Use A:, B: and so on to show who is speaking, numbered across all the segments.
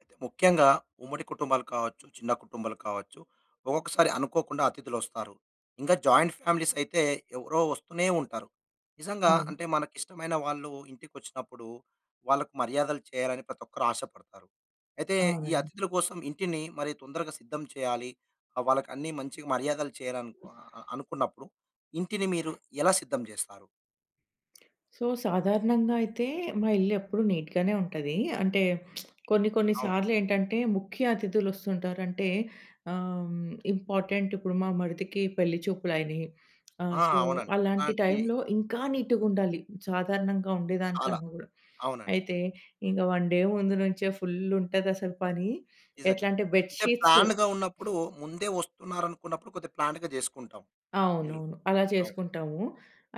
A: అయితే ముఖ్యంగా ఉమ్మడి కుటుంబాలు కావచ్చు, చిన్న కుటుంబాలు కావచ్చు, ఒక్కొక్కసారి అనుకోకుండా అతిథులొస్తారు. ఇంకా జాయింట్ ఫ్యామిలీస్ అయితే ఎవరో వస్తూనే ఉంటారు. నిజంగా
B: అవును.
A: అంటే మనకిష్టమైన వాళ్ళు ఇంటికొచ్చినప్పుడు వాళ్ళకు మర్యాదలు చేయాలని ప్రతి ఒక్కరు ఆశపడతారు. అయితే ఈ
B: అవునండి.
A: అతిథుల కోసం ఇంటిని మరి తొందరగా సిద్ధం చేయాలి. వాళ్ళకి అన్నీ మంచిగా మర్యాదలు చేయాలనుకు అనుకున్నప్పుడు ఇంటిని మీరు ఎలా సిద్ధం చేస్తారు?
B: సో, సాధారణంగా అయితే మా ఇల్లు ఎప్పుడు నీట్‌గానే ఉంటది. అంటే కొన్ని కొన్ని
A: అవును.
B: సార్లేంటంటే ముఖ్య అతిథులొస్తుంటారు. అంటే ఆహ్, ఇంపార్టెంట్ ఇప్పుడు మా మరిదికి పెళ్లి చూపులయినయి. ఆహ్,
A: ఆ!
B: సో,
A: అవునండి.
B: అలాంటి
A: అలాంటి
B: టైంలో ఇంకా నీట్‌గుండాలి, సాధారణంగా
A: చాలా.
B: ఉండేదానికన్నా గూడా.
A: అవునండి.
B: అయితే ఇంక 1 డే ముందు నుంచే ఫుల్లుంటదసలు పని.
A: నిజంగా.
B: ఎట్లా అంటే బెడ్
A: అంటే
B: షీట్స్.
A: ప్లాన్డ్‌గా ఉన్నప్పుడు ముందే వస్తున్నారనుకున్నప్పుడు కొద్దిగా ప్లాన్డ్‌గా జేసుకుంటాం ఇల్లు.
B: అవునవును, అలా
A: అవును.
B: చేసుకుంటాము.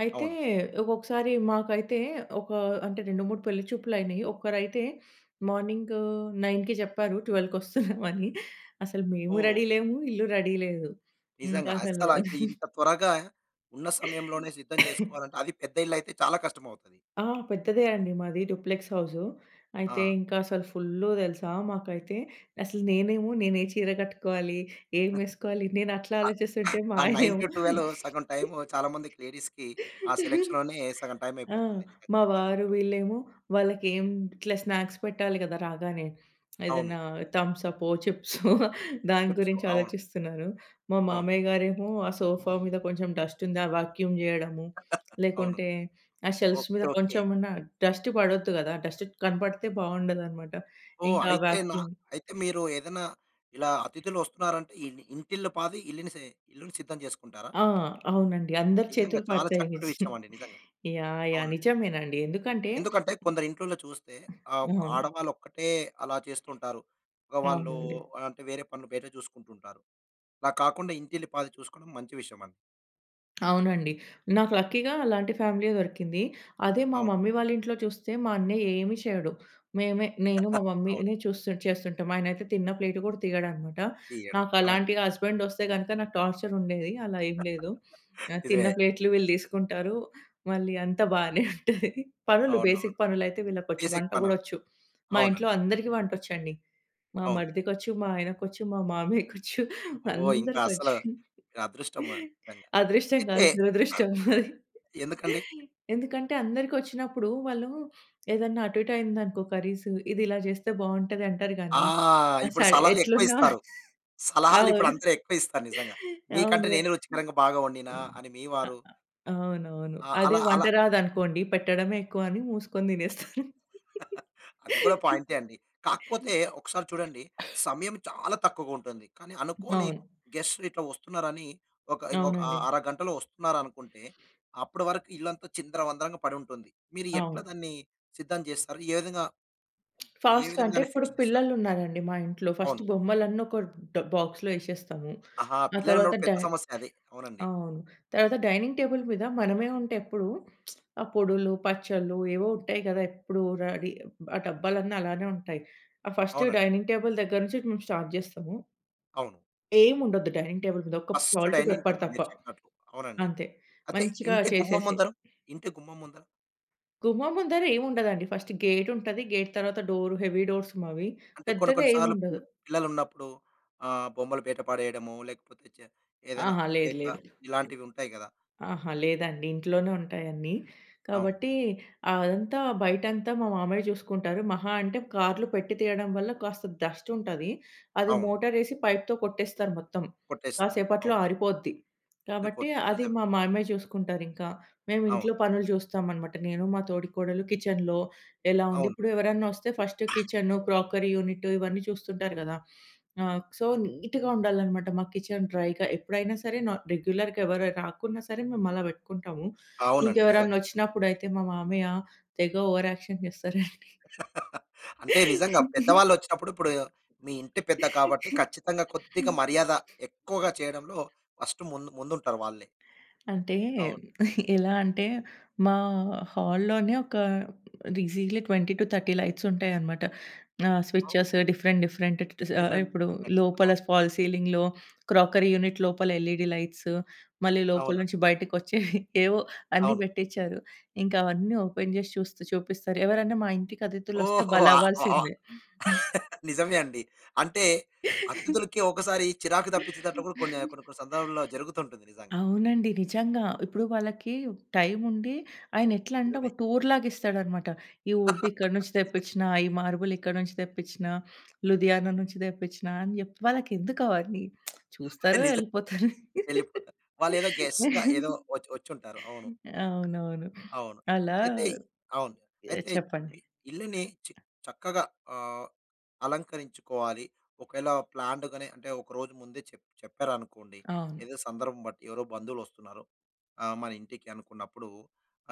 B: అయితే
A: అవును.
B: ఒక్కొక్కసారి మాకైతే ఒక అంటే 2, 3 పెళ్లి చూపులయినయి. ఒకరైతే మార్నింగ్ 9:00కి చెప్పారు 12:00కి వస్తున్నామని. అసలు మేము
A: ఓహ్!
B: రెడీ లేము, ఇల్లు రెడీ లేదు. ఇంకా
A: నిజంగా.
B: అసలు
A: అస్సల ఇప్పుడు ఇంత త్వరగా ఉన్న సమయంలోనే సిద్ధం జేసుకోవాలంటే అది పెద్ద ఇళ్లయితే చాలా కష్టమవుతది.
B: ఆ! పెద్దదే అండి, మాది డూప్లెక్స్ హౌసు. అయితే
A: ఆ!
B: ఇంకా అసలు ఫుల్లు తెలుసా మాకైతే. అసలు నేనేమో నేను ఏ చీర కట్టుకోవాలి, ఏమేసుకోవాలి నేను అట్లా
A: ఆ
B: ఆలోచిస్తుంటే మా
A: ఆ
B: ఆయనేమో,
A: 9-12 సగం టైము చాలా మందికి లేడీస్‌కి ఆ సెలక్షన్‌లోనే సగం టైం
B: ఆ,
A: అయిపోతుంది నిజంగా
B: మా
A: చెప్పాలంటే.
B: వారు వీళ్ళేమో వాళ్ళకేం ఇట్లా స్నాక్స్ పెట్టాలి కదా రాగానే,
A: అవును.
B: ఏదన్నా థమ్స‌పో, చిప్సో దాని
A: టిప్స్
B: గురించి
A: అవును.
B: ఆలోచిస్తున్నారు. మా
A: అవును.
B: మామయ్య గారేమో ఆ సోఫా మీద కొంచెం డస్ట్ ఉందా వాక్యూమ్ చేయడము,
A: అవును.
B: లేకుంటే ఆ షెల్ఫ్స్
A: ఓకే.
B: మీద
A: ఓకే.
B: కొంచెమన్నా డస్ట్ పడొద్దు కదా! డస్ట్ కనపడితే బావుండదనమాట.
A: ఓహ్!
B: ఇంకా ఆ
A: అయితే నా
B: వాక్యూమ్.
A: అయితే మీరు ఏదైనా ఇలా అతిథులు వస్తున్నారంటే ఇన్ ఇంటిల్లి పాది ఇల్లుని ఇల్లుని సిద్ధం చేసుకుంటారా?
B: ఆ! అవునండి, అందరి
A: నిజంగా
B: చేతులు
A: చాలా
B: పడతాయి.
A: చక్కటి విషయం అండి నిజంగా.
B: యాహ్! యాహ్!
A: అవునండి.
B: నిజమేనండి. ఎందుకంటే
A: ఎందుకంటే కొందరు ఇంట్లల్లో చూస్తే
B: అవును.
A: ఆడవాళ్ళు ఒక్కటే అలా చేస్తుంటారు. మగవాళ్ళు
B: అవునండి.
A: అంటే వేరే పనులు బయట చూసుకుంటుంటారు. అలా కాకుండా ఇంటిల్లిపాది చూసుకోవడం మంచి విషయం అండి.
B: అవునండి. నాకు లక్కీగా అలాంటి ఫ్యామిలీయే దొరికింది. అదే మా
A: అవును.
B: మమ్మీ వాళ్ళ ఇంట్లో చూస్తే మా అన్నయ్య ఏమి చేయడు. మేమే, నేను మా
A: అవును.
B: మమ్మీనే చూస్తు చేస్తుంటాం. ఆయనైతే తిన్న ప్లేట్ కూడా తీయడనమాట.
A: తీయడం.
B: నాకు
A: అవును.
B: అలాంటి హస్బెండ్ వస్తే గనుక నాకు టార్చర్ ఉండేది. అలా ఏం లేదు. తిన్న
A: నిజమే.
B: ప్లేట్‌లు వీళ్ళు తీసుకుంటారు. మళ్ళీ అంతా బానే ఉంటది. పనులు, బేసిక్
A: అవునవును.
B: పనులైతే వీళ్ళకొచ్చు.
A: బేసిక్
B: వంట గూడా
A: పనులు.
B: వచ్చు. మా ఇంట్లో
A: అవునండి.
B: అందరికీ వంటొచ్చండి. మా
A: అవును.
B: మరిదికొచ్చు, మా ఆయనకొచ్చు, మా మామయ్యకొచ్చు,
A: ఓహ్! ఇంకా అసలు
B: అందరికొచ్చు.
A: మీరు అదృష్టం నిజంగా.
B: అదృష్టం కాదు,
A: అయితే
B: దురదృష్టం అది.
A: ఎందుకండి
B: ఎందుకంటే అందరికొచ్చినప్పుడు వాళ్ళు ఏదన్నా అటు ఇటు అయిందనుకో కర్రీసు, ఇది ఇలా చేస్తే బావుంటది అంటారు
A: ఆ!
B: గానీ, ఆ స
A: ఇప్పుడు సలహాలు ఎక్కువ
B: ఎట్లున్నా
A: ఇస్తారు. సలహాలు ఇప్పుడు
B: అవును.
A: అందరూ ఎక్కువ ఇస్తారు నిజంగా. నీకంటే
B: అవును.
A: నేనే రుచికరంగా బాగా వండినా అని మీ
B: అ
A: వారు.
B: అ అవునవును.
A: ఆ!
B: అదే
A: అలా
B: వంట
A: అలా
B: రాదనుకోండి, పెట్టడమే ఎక్కువ అని మూసుకొని తినేస్తారు.
A: అది కూడా పాయింటే అండి. కాకపోతే ఒకసారి చూడండి సమయం చాలా తక్కువగా ఉంటుంది. కానీ అనుకోని
B: అవును.
A: గెస్ట్‌లు ఇట్లా వస్తున్నారని ఒక ఇంకొక
B: అవునండి.
A: అరగంటలో వస్తున్నారనుకుంటే, అప్పటి వరకు ఇల్లంతా చిందరవందరగా పడి ఉంటుంది. మీరు ఎట్లా
B: అవును.
A: దాన్ని సిద్ధం చేస్తారు? ఏ
B: ఫాస్ట్‌గా
A: విధంగా
B: అంటే
A: దాన్ని
B: ఇప్పుడు
A: ఫినిష్ చేస్తారు?
B: పిల్లలున్నారండి మా ఇంట్లో. ఫస్ట్
A: అవును.
B: బొమ్మలన్నీ ఒక బాక్స్‌లో ఏసేస్తాము.
A: ఆహా!
B: ఆ తర్వాత
A: పిల్లలున్నప్పుడు పెద్ద సమస్య అదే. అవునండి.
B: అవును, తర్వాత డైనింగ్ టేబుల్ మీద మనమే ఉంటే ఎప్పుడు ఆ పొడులు, పచ్చళ్ళు ఏవో ఉంటాయి కదా! ఎప్పుడు రెడీ, ఆ డబ్బాలన్నీ అలానే ఉంటాయి. ఆ ఫస్ట్
A: అవునండి.
B: డైనింగ్ టేబుల్ దగ్గర నుంచి మేము స్టార్ట్ జేస్తాము.
A: అవును.
B: ఏముండొద్దు డైనింగ్ టేబుల్ మీద, ఒక్క
A: first
B: salt,
A: dining
B: pepper
A: table
B: తప్ప.
A: మీరు చెప్పినట్లు. అవునండి.
B: అంతే.
A: అయితే
B: మంచిగా
A: ఇంటి గుమ్మం
B: చేసేసి,
A: ముందర, ఇంటి గుమ్మం ముందర
B: గుమ్మం ముందర ఏముండదండి. ఫస్ట్ గేటుంటది. గేట్ తర్వాత డోర్, హెవీ డోర్స్ మావి.
A: అంటే కొన్ని
B: పెద్దగా
A: కొన్ని సార్లు
B: ఏముండదు.
A: పిల్లలున్నప్పుడు బొమ్మల వేట పడేయడము, లేకపోతే ఏదైనా
B: ఆహా! లేదు,
A: వేట
B: లేదు.
A: ఇలాంటివి ఉంటాయి గదా!
B: ఆహా! లేదండి, ఇంట్లోనే ఉంటాయన్నీ.
A: అవును.
B: కాబట్టి అదంతా బయటంతా మా మామయ్య చూసుకుంటారు. మహా అంటే కార్లు పెట్టి తీయడం వల్ల కాస్త డస్టుంటది. అది
A: అవును.
B: మోటారేసి పైప్‌తో కొట్టేస్తారు మొత్తం.
A: కొట్టేస్తారు.
B: కాసేపట్లో
A: అవును.
B: ఆరిపోద్ది. కాబట్టి
A: వెళ్ళిపోతుంది.
B: అది
A: నిజమే.
B: మా మామయ్య చూసుకుంటారింకా. మేము
A: అవును.
B: ఇంట్లో పనులు చూస్తామనమాట. నేను, మా తోడికోడలు కిచెన్‌లో. ఎలా ఉంది
A: అవును.
B: ఇప్పుడు, ఎవరన్నా వస్తే ఫస్ట్ కిచెను, క్రాకరీ యూనిట్ ఇవన్నీ చూస్తుంటారు గదా! ఆ! సో, నీట్‌గా ఉండాలనమాట మా కిచెన్ డ్రైగా. ఎప్పుడైనా సరే, నా రెగ్యులర్‌గా ఎవరు రాకున్నా సరే మేమలా పెట్టుకుంటాము.
A: అవునండి. నిజంగా.
B: ఇంకెవరన్నా వచ్చినప్పుడైతే మా మామయ్య తెగ ఓవర్ యాక్షన్ చేస్తారండి.
A: అంటే నిజంగా పెద్దవాళ్ళొచ్చినప్పుడు ఇప్పుడు మీ ఇంటి పెద్ద కాబట్టి ఖచ్చితంగా కొద్దిగా మర్యాద ఎక్కువగా చేయడంలో ఫస్ట్ ముందుంటారు వాళ్ళే.
B: అంటే
A: అవును.
B: ఎలా అంటే మా హాల్‌లోనే ఒక ఈజీలీ 20-30 లైట్స్ ఉంటాయన్నమాట. స్విచెస్
A: అవును.
B: డిఫరెంట్ డిఫరెంట్
A: డిఫరెంట్,
B: ఇప్పుడు
A: డిఫరెంట్.
B: లోపల
A: అవును.
B: ఫాల్ సీలింగ్‌లో, క్రాకరీ యూనిట్ లోపల ఎల్ఈడీ లైట్స్, మళ్ళీ లోపల
A: అవును.
B: నుంచి బయటికొచ్చేవి ఏవో అన్నీ
A: అవును.
B: పెట్టించారు. ఇంకా అవన్నీ ఓపెన్ చేసి చూస్తూ చూపిస్తారు. ఎవరైనా మా ఇంటికి అతిథులొస్తే
A: ఓహో! ఆహ్,
B: బలవ్వాల్సిందే.
A: నిజమే అండి. అంటే అతిథులకి ఒకసారి చిరాకు తప్పించేటట్లు కూడా కొన్ని కొన్ని కొన్ని సందర్భాల్లో జరుగుతుంటుంది నిజంగా.
B: అవునండి, నిజంగా. ఇప్పుడు వాళ్ళకి టైముండి, ఆయనెట్లంటే ఒక
A: నిజమే.
B: టూర్‌లాగా ఇస్తాడనమాట. ఈ వుడ్ ఇక్కడి నుంచి
A: నిజమే.
B: తెప్పించిన, ఈ మార్బుల్ ఇక్కడి నుంచి తెప్పించిన, లుధియానా నుంచి తెప్పించిన అని జెప్పి, వాళ్ళకెందుకు అవన్నీ? చూస్తారు,
A: నిజం
B: ఎళ్ళిపోతారు.
A: వెళ్ళిపోతారు. వాళ్ళేదో గెస్ట్‌గా ఏదో వచ్చుంటారు. అవును.
B: అవునవును.
A: అవును.
B: అలా.
A: అయితే అవును.
B: ఏ,
A: అయితే
B: చెప్పండి.
A: మీ ఇల్లుని చక్కగా ఆహ్, అలంకరించుకోవాలి. ఒకవేళ ప్లాన్డ్‌గానే అంటే ఒకరోజు ముందే చెప్పారనుకోండి.
B: అవును.
A: ఏదో సందర్భం బట్టి ఎవరో బంధువులొస్తున్నారు. మన ఇంటికి అనుకున్నప్పుడు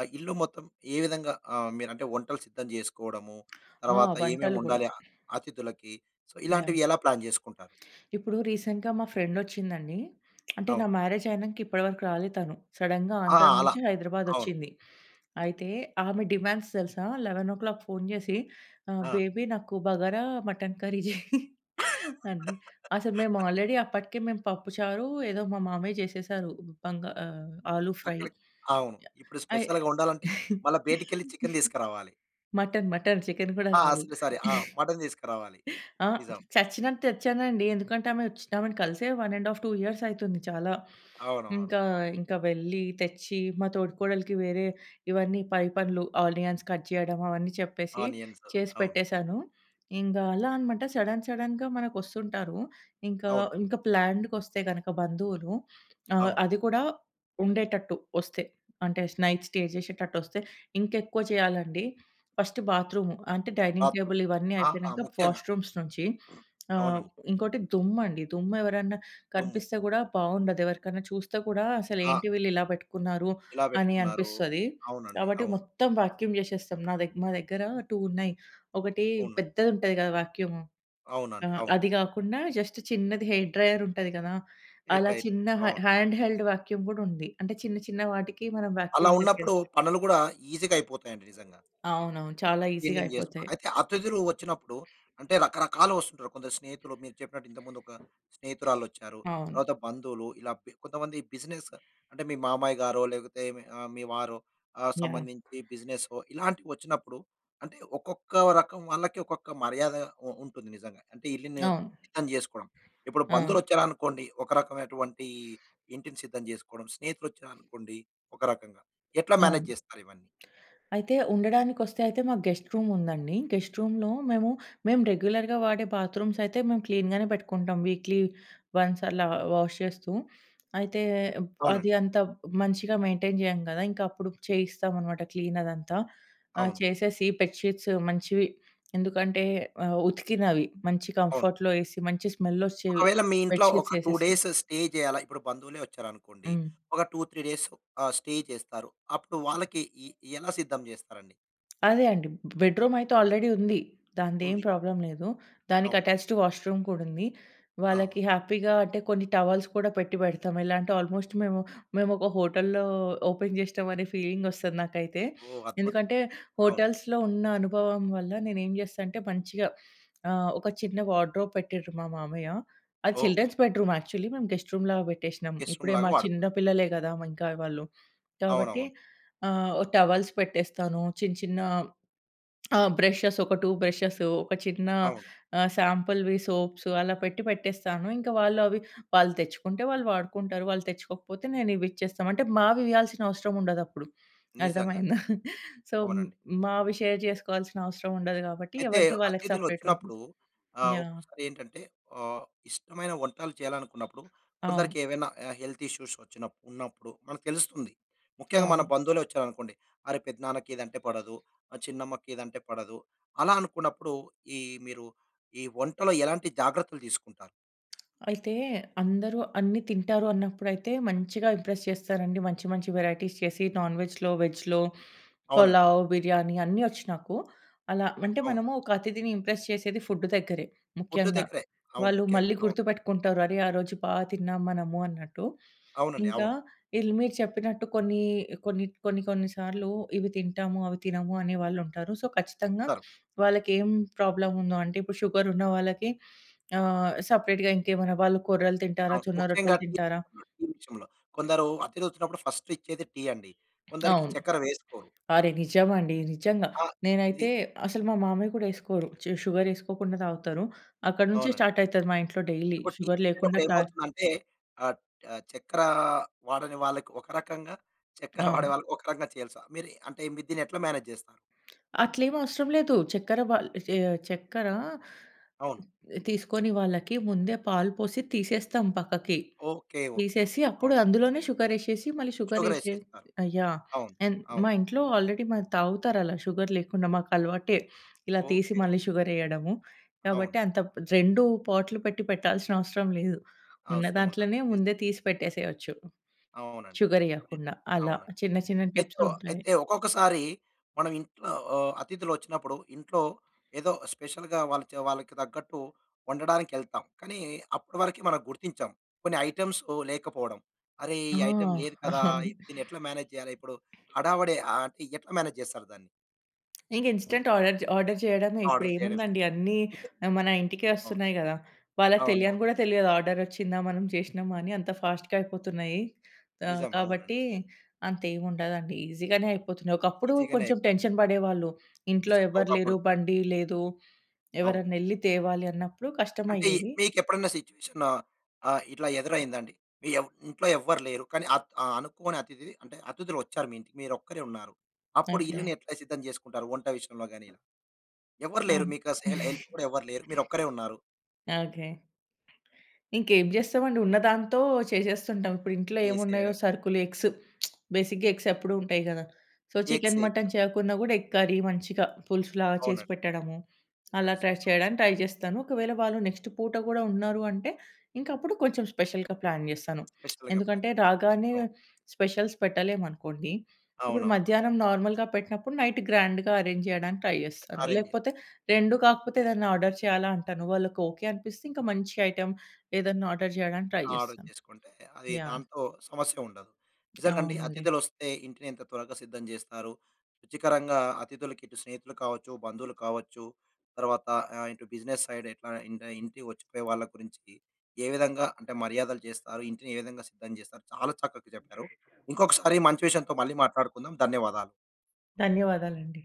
A: ఆ ఇల్లు మొత్తం ఏ విధంగా మీరంటే వంటలు సిద్ధం జేసుకోవడము,
B: ఆ!
A: తర్వాత ఏమేమి
B: వంటలు గూడా.
A: వండాలి అతిథులకి. So,
B: yeah!
A: ఇలాంటివి ఎలా ప్లాన్ జేసుకుంటారు?
B: ఇప్పుడు రీసెంట్‌గా మా ఫ్రెండొచ్చిందండి. అంటే నా
A: అవును.
B: మ్యారేజ్ అయినంక ఇప్పటివరకు రాలే తను. సడెన్‌గా
A: ఆ!
B: ఆంధ్ర
A: అలా.
B: నుంచి
A: అవును.
B: హైదరాబాదొచ్చింది. అయితే ఆమె డిమాండ్స్ తెలుసా? 11:00 ఫోను చేసి,
A: ఆ!
B: "బేబీ నాకు బగారా, మటన్ కర్రీ చెయి" అంది. అసలు మేము ఆల్రెడీ అప్పటికే మేము పప్పుచారు ఏదో మా మామయ్య చేసేసారు. ఆలు ఫ్రై.
A: అక్కడికి అవును. ఇప్పుడు
B: అయ్
A: స్పెషల్‌గా వండాలంటే మళ్ళా బయటికెళ్ళి చికెన్ తీసుకురావాలి.
B: మటన్, మటన్ చికెన్ కూడా
A: ఆ!
B: కాదు.
A: Sorry, sorry. ఆ! మటన్ తీసుకురావాలి.
B: ఆ!
A: నిజం.
B: చచ్చినట్టు తెచ్చానండి. ఎందుకంటే ఆమె వచ్చి, ఆమెను కలిసే 1 ½ 2 ఇయర్స్ అయితుంది చాలా.
A: అవునవును.
B: ఇంకా, ఇంకా వెళ్ళి తెచ్చి మా తోడికోడలికి వేరే ఇవన్నీ పై పనులు ఆనియన్స్ కట్ చేయడం అవన్నీ చెప్పేసి
A: ఆనియన్స్
B: చేసి
A: అవును.
B: పెట్టేసాను. ఇంగా అలా అనమాట, సడెన్ సడెన్‌గా మనకొస్తుంటారు. ఇంకా,
A: అవును.
B: ఇంకా ప్లాన్డ్‌గొస్తే గనక బంధువులు,
A: అవును.
B: అది కూడా ఉండేటట్టు వస్తే, అంటే నైట్ స్టే చేసేటట్టొస్తే ఇంకెక్కువ చేయాలండి. ఫస్ట్ బాత్రూమ్, అంటే డైనింగ్
A: బాతు
B: టేబుల్ ఇవన్నీ
A: ఆ! ఆ!
B: అయిపోయినాక
A: ముఖ్యంగా.
B: వాష్‌రూమ్స్ నుంచి, ఆహ్,
A: అవునండి.
B: ఇంకోటి దుమ్మండి. దుమ్ము ఎవరన్నా
A: దుమ్ము.
B: కనిపిస్తే గూడా బావుండదు. ఎవరికన్నా చూస్తే కూడా
A: ఆ!
B: అసలేంటి వీళ్ళు ఇలా పెట్టుకున్నారు
A: ఎలా
B: అని
A: పెట్టుకున్నారు?
B: అనిపిస్తది.
A: అవునండి.
B: కాబట్టి
A: అవును.
B: మొత్తం వాక్యూమ్ చేసేస్తాం. నా దగ్ మా దగ్గర 2 ఉన్నాయి. ఒకటి
A: అవును.
B: పెద్దదుంటది కదా, వాక్యూము. ఆ!
A: అవునండి. అవును.
B: అది గాకుండా జస్ట్ చిన్నది హెయిర్ డ్రైయర్ ఉంటది కదా!
A: రైట్,
B: అలా
A: రైట్.
B: చిన్న
A: అవును.
B: హ్యాండ్ హెల్డ్ వాక్యూమ్ కూడా ఉంది. అంటే చిన్న చిన్న వాటికి మనం
A: అలా
B: వాక్యూమ్
A: ఉన్నప్పుడు
B: చేసేయొచ్చు.
A: పనులు కూడా ఈజీగా అయిపోతాయండి నిజంగా.
B: అవునవును, చాలా ఈజీగా
A: క్లీనింగ్ చేసుకో
B: అయిపోతాయి.
A: అయితే అతిథులు వచ్చినప్పుడు అంటే రకరకాలు వస్తుంటారు. కొందరు స్నేహితులు మీరు చెప్పినట్టు ఇంతకుముందు ఒక స్నేహితురాళ్ళొచ్చారు.
B: అవును.
A: తర్వాత బంధువులు ఇలా కొంతమంది బిజినెస్ అంటే మీ మామయ్య గారో లేకపోతే మీ మీ వారో
B: యాహ్!
A: సంబంధించి బిజినెసో ఇలాంటివి వచ్చినప్పుడు అంటే ఒక్కొక్క రకం వాళ్ళకి ఒక్కొక్క మర్యాద ఉంటుంది నిజంగా. అంటే ఇల్లుని
B: అవును.
A: సిద్ధం చేసుకోవడం. ఇప్పుడు
B: అవును.
A: బంధువులొచ్చారనుకోండి ఒక రకమైనటువంటి ఇంటిని సిద్ధం చేసుకోవడం. స్నేహితులొచ్చారనుకోండి ఒక రకంగా. ఎట్లా మేనేజ్
B: అవును.
A: చేస్తారు ఇవన్నీ?
B: అయితే ఉండడానికొస్తే, అయితే మాకు గెస్ట్ రూమ్ ఉందండి. గెస్ట్ రూమ్‌లో మేము, రెగ్యులర్‌గా వాడే బాత్రూమ్స్ అయితే మేము క్లీన్‌గానే పెట్టుకుంటాం. వీక్లీ వన్స్ అలా వాష్ చేస్తూ. అయితే అది
A: అవునండి.
B: అంత మంచిగా మెయింటైన్ చేయం కదా! ఇంకా అప్పుడు చేయిస్తామనమాట, క్లీన్ అదంతా.
A: అవును.
B: చేసేసి బెడ్‌షీట్స్ మంచివి, ఎందుకంటే ఉతికినవి మంచి
A: అవును.
B: కంఫర్ట్‌లో ఏసి మంచి స్మెల్ వచ్చేవి
A: ఒకవేళ మీ ఇంట్లో
B: బెడ్‌షీట్స్
A: ఒక 2
B: ఏసేసి.
A: డేస్ స్టే చేయాలా? ఇప్పుడు బంధువులే వచ్చారనుకోండి.
B: హ్మ్.
A: ఒక 2, 3 డేస్ స్టే చేస్తారు. అప్పుడు వాళ్ళకి ఎ ఎలా సిద్ధం చేస్తారండి?
B: అదే అండి. బెడ్‌రూమ్ అయితే ఆల్రెడీ ఉంది. దానిదేం
A: ఉంది.
B: ప్రాబ్లమ్ లేదు. దానికి
A: అవును.
B: అటాచ్డ్ వాష్‌రూమ్ కూడా ఉంది.
A: ఆ!
B: వాళ్ళకి
A: అవును.
B: హ్యాపీగా, అంటే కొన్ని టవల్స్ కూడా పెట్టి పెడతాం. ఎలా అంటే ఆల్మోస్ట్ మేము, ఒక హోటల్‌లో ఓపెన్ చేసినాం అనే ఫీలింగ్ వస్తది నాకైతే.
A: ఓహ్! అద్భుతం.
B: ఎందుకంటే
A: అవును.
B: హోటల్స్‌లో ఉన్న అనుభవం వల్ల నేనేం చేస్తా అంటే మంచిగా, ఒక చిన్న వార్డ్‌రోబ్ పెట్టిండ్రు మా మామయ్య. అది
A: ఓహ్!
B: Children's bedroom actually. మేము గెస్ట్ రూమ్‌లాగా పెట్టేసినాం.
A: గెస్ట్
B: ఇప్పుడే
A: రూమ్‌లాగా
B: మా చిన్న
A: వాడుకుంటారు.
B: పిల్లలే కదా, ఇంకా వాళ్ళు. కాబట్టి
A: అవునవును.
B: టవల్స్ పెట్టేస్తాను. చిన్న చిన్న ఆ! బ్రషెస్, ఒక 2 బ్రషెస్, ఒక చిన్న,
A: అవును.
B: శాంపుల్‌వి సోప్స్ అలా పెట్టి పెట్టేస్తాను. ఇంకా వాళ్ళు అవి వాళ్ళు తెచ్చుకుంటే వాళ్ళు వాడుకుంటారు. వాళ్ళు తెచ్చుకోకపోతే నేను ఇవి ఇచ్చేస్తాం. అంటే మావి ఇయ్యాల్సిన అవసరం ఉండదప్పుడు.
A: నిజంగా.
B: అర్థమైందా?
A: నిజంగా.
B: సో,
A: అవునండి.
B: మావి షేర్ చేసుకోవాల్సిన అవసరం ఉండదు కాబట్టి
A: అయితే
B: ఎవరిది వాళ్ళకి సెపరేట్ ఉంటుంది.
A: అతిథులొచ్చినప్పుడు
B: యాహ్!
A: ఒక్కొక్కసారి ఏంటంటే ఆహ్, ఇష్టమైన వంటలు చేయాలనుకున్నప్పుడు
B: అవును.
A: కొందరికి ఏవైనా హెల్త్ ఇష్యూస్ వచ్చిన ఉన్నప్పుడు మనకు తెలుస్తుంది. ముఖ్యంగా మన
B: అవును.
A: బంధువులే వచ్చారనుకోండి, అరే! పెద్దనాన్నకి ఇదంటే పడదు, చిన్నమ్మకి ఇదంటే పడదు. అలా అనుకున్నప్పుడు ఈ మీరు ఈ వంటలో ఎలాంటి జాగ్రత్తలు తీసుకుంటారు?
B: అయితే అందరూ అన్నీ తింటారు అన్నప్పుడైతే మంచిగా ఇంప్రెస్ చేస్తారండి. మంచి మంచి వేరైటీస్ చేసి నాన్ వెజ్‌లో, వెజ్‌లో
A: అవునండి.
B: పులావ్, బిర్యానీ అన్నీ ఒచ్చు నాకు. అలా
A: హ్మ్.
B: అంటే
A: అవును.
B: మనము ఒక అతిథిని ఇంప్రెస్ చేసేది ఫుడ్ దగ్గరే
A: ఫుడ్
B: ముఖ్యంగా.
A: దగ్గరే. అవును.
B: వాళ్ళు
A: ముఖ్యంగా.
B: మళ్ళీ
A: అవును.
B: గుర్తుపెట్టుకుంటారు, అరే ఆ రోజు బా తిన్నాం మనము అన్నట్టు.
A: అవునండి.
B: ఇంకా
A: అవును.
B: ఈళ్ళు మీరు చెప్పినట్టు కొన్ని కొన్ని సార్లు ఇవి తింటాము, అవి తినము అనే వాళ్ళుంటారు. సో, ఖచ్చితంగా
A: ఇస్తారు.
B: వాళ్ళకేం ప్రాబ్లమ్ ఉందో, అంటే ఇప్పుడు షుగర్ ఉన్న వాళ్ళకి సెపరేట్‌గా ఇంకేమైనా, వాళ్ళు కొర్రలు తింటారా?
A: అవును.
B: జొన్న
A: ముఖ్యంగా
B: రొట్టెలు తింటారా?
A: టీ విషయంలో. కొందరు అతిథులొచ్చినప్పుడు ఫస్ట్ ఇచ్చేది టీ అండి. కొందరికి
B: అవును.
A: చక్కెర వేసుకోరు.
B: అరే! నిజమండి, నిజంగా.
A: ఆ! ఇది.
B: నేనైతే అసలు, మా మామయ్య కూడా ఏసుకోరు. షుగర్ ఏసుకోకుండా తాగుతారు. అక్కడి నుంచే
A: అవునండి.
B: స్టార్ట్ అయితది మా ఇంట్లో డైలీ,
A: ఇప్పుడు టీ
B: షుగర్ లేకుండా
A: కొట్టేటప్పుడు ఏమవుతుందంటే ఆహ్, చక్కెర వాడని వాళ్ళకి ఒక రకంగా, చక్కెర
B: ఆ!
A: వాడే వాళ్ళకి ఒక రకంగా చేయాలి. సో, మీరు దీన్ని ఎట్లా మేనేజ్ చేస్తారు?
B: అట్లేం అవసరం లేదు. చక్కెర
A: అవును.
B: తీసుకొని వాళ్ళకి ముందే పాలు పోసి తీసేస్తాం పక్కకి.
A: ఓకే. ఓకే.
B: తీసేసి
A: ఓకే.
B: అప్పుడు
A: అవును.
B: అందులోనే షుగరేసేసి మళ్ళీ
A: షుగర్ ఎసేస్తారు.
B: యాహ్!
A: అవును.
B: అండ్
A: అవును.
B: మా ఇంట్లో ఆల్రెడీ మరి తాగుతారు అలా షుగర్ లేకుండా. మాకలవాటే ఇలా తీసి
A: ఓకే.
B: మళ్ళీ షుగరేయడము.
A: అవును.
B: కాబట్టి అంత 2 పాట్లు పెట్టి పెట్టాల్సిన అవసరం లేదు. ఉన్న
A: అవసరం ఉండదు.
B: దాంట్లోనే
A: నిజం.
B: ముందే తీసి పెట్టేసేయొచ్చు,
A: అవునండి. నిజం.
B: షుగరేయకుండా. అలా
A: అవునండి.
B: చిన్న చిన్న
A: అయితే
B: టిప్సుంటాయి.
A: అయితే ఒక్కొక్కసారి మనం ఇంట్లో అతిథులొచ్చినప్పుడు ఇంట్లో ఏదో స్పెషల్‌గా వాళ్ళకి తగ్గట్టు వండడానికెళ్తాం. కానీ అప్పటి వరకి మనం గుర్తించం. కొన్ని ఐటెమ్స్ లేకపోవడం. అరే!
B: ఆ!
A: ఈ ఐటెమ్ లేదు కదా!
B: అవును.
A: ఇది దీన్ని ఎట్లా మేనేజ్ చేయాలి? ఇప్పుడు హడావిడి అంటే ఎట్లా మేనేజ్ చేస్తారు దాన్ని?
B: ఇంక ఇన్‌స్టంట్ ఆర్డర్ ఆర్డర్ చేయడమే.
A: ఆర్డర్ చేయడమే.
B: ఇప్పుడేముందండి అన్నీ, మన ఇంటికే
A: అవును.
B: వస్తున్నాయి గదా! వాళ్ళకి
A: అవునవును.
B: తెలియని గూడా తెలియదు ఆర్డరొచ్చిందా, మనం చేసినామా అని, అంత ఫాస్ట్‌గా అయిపోతున్నాయి.
A: నిజం.
B: కాబట్టి
A: అవునండి.
B: అంతేముండదండి. ఈజీగానే అయిపోతున్నాయి. ఒకప్పుడు
A: ఈజీగానే
B: కొంచెం
A: అయిపోతుంది.
B: టెన్షన్ పడేవాళ్ళు. ఇంట్లో
A: నిజంగా
B: ఎవ్వరు
A: ఒకప్పుడు.
B: లేరు, బండి లేదు,
A: అవును.
B: ఎవరన్నా ఎళ్లి తేవాలి అన్నప్పుడు
A: అంటే
B: కష్టమయ్యేది.
A: మీకెప్పుడన్నా సిట్యుయేషన్ ఇట్లా ఎదురైందండి? మీ ఇంట్లో ఎవ్వరు లేరు. కానీ అనుకోని అతిథి అంటే అతిథులొచ్చారు మీ ఇంటికి. మీరొక్కరే ఉన్నారు. అప్పుడు
B: ఓకే.
A: ఇల్లుని ఎట్లా సిద్ధం జేసుకుంటారు? వంట విషయంలో గాని ఇలా. ఎవ్వరు లేరు.
B: అవును.
A: మీకు అసలు హెల్ప్ కూడా ఎవ్వరు లేరు. మీరొక్కరే ఉన్నారు.
B: ఓకే. ఇంకేం జేస్తామండి, ఉన్నదాంతో చేసేస్తుంటాం. ఇప్పుడు ఇంట్లో ఏమున్నాయో,
A: చేసేయడం
B: సరుకులు, ఎగ్స్, బేసిక్‌గా ఎగ్స్ ఎప్పుడూ ఉంటాయి గదా! So, chicken,
A: eggs.
B: మటన్ చేయకున్నా గూడా ఎగ్ కర్రీ మంచిగా పులుసులాగా చేసి
A: అవునండి.
B: పెట్టడము. అలా
A: చేసి
B: ట్రై
A: పె అవును.
B: చేయడానికి ట్రై జేస్తాను. ఒకవేళ వాళ్ళు
A: చేసి
B: నెక్స్ట్ పూట గూడా ఉన్నారు అంటే, ఇంకప్పుడు కొంచెం స్పెషల్‌గా ప్లాన్ జేస్తాను.
A: స్పెషల్‌గా ప్లాన్
B: ఎందుకంటే,
A: జేసి.
B: రాగానే
A: అవును.
B: స్పెషల్స్ పెట్టలేమనుకోండి. ఇప్పుడు
A: అవునవును.
B: మధ్యాహ్నం నార్మల్‌గా పెట్టినప్పుడు నైట్ గ్రాండ్‌గా అరేంజ్ చేయడానికి ట్రై జేస్తాను.
A: అరేంజ్
B: లేకపోతే 2 కాకపోతే ఏదన్నా ఆర్డర్ చేయాలా అంటాను. వాళ్ళకి ఓకే అనిపిస్తే ఇంకా మంచి ఐటెమ్ ఏదన్నా ఆర్డర్ జేయడానికి ట్రై
A: ఆర్డర్
B: జేస్తాను.
A: చేసుకుంటే అది
B: యాహ్!
A: దాంతో సమస్య ఉండదు. నిజంగండి
B: అవునండి.
A: అతిథులొస్తే ఇంటిని ఎంత త్వరగా సిద్ధం జేస్తారు. రుచికరంగా అతిథులకి ఇటు స్నేహితులు కావచ్చు, బంధువులు కావచ్చు, తర్వాత ఇటు బిజినెస్ సైడ్ ఎట్లా ఇంటికి వచ్చిపోయే వాళ్ళ గురించి ఏ విధంగా అంటే మర్యాదలు చేస్తారు? ఇంటిని ఏ విధంగా సిద్ధం జేస్తారు? చాలా చక్కగా చెప్పారు. ఇంకొకసారి మంచి విషయంతో మళ్ళీ మాట్లాడుకుందాం. ధన్యవాదాలు.
B: ధన్యవాదాలండి.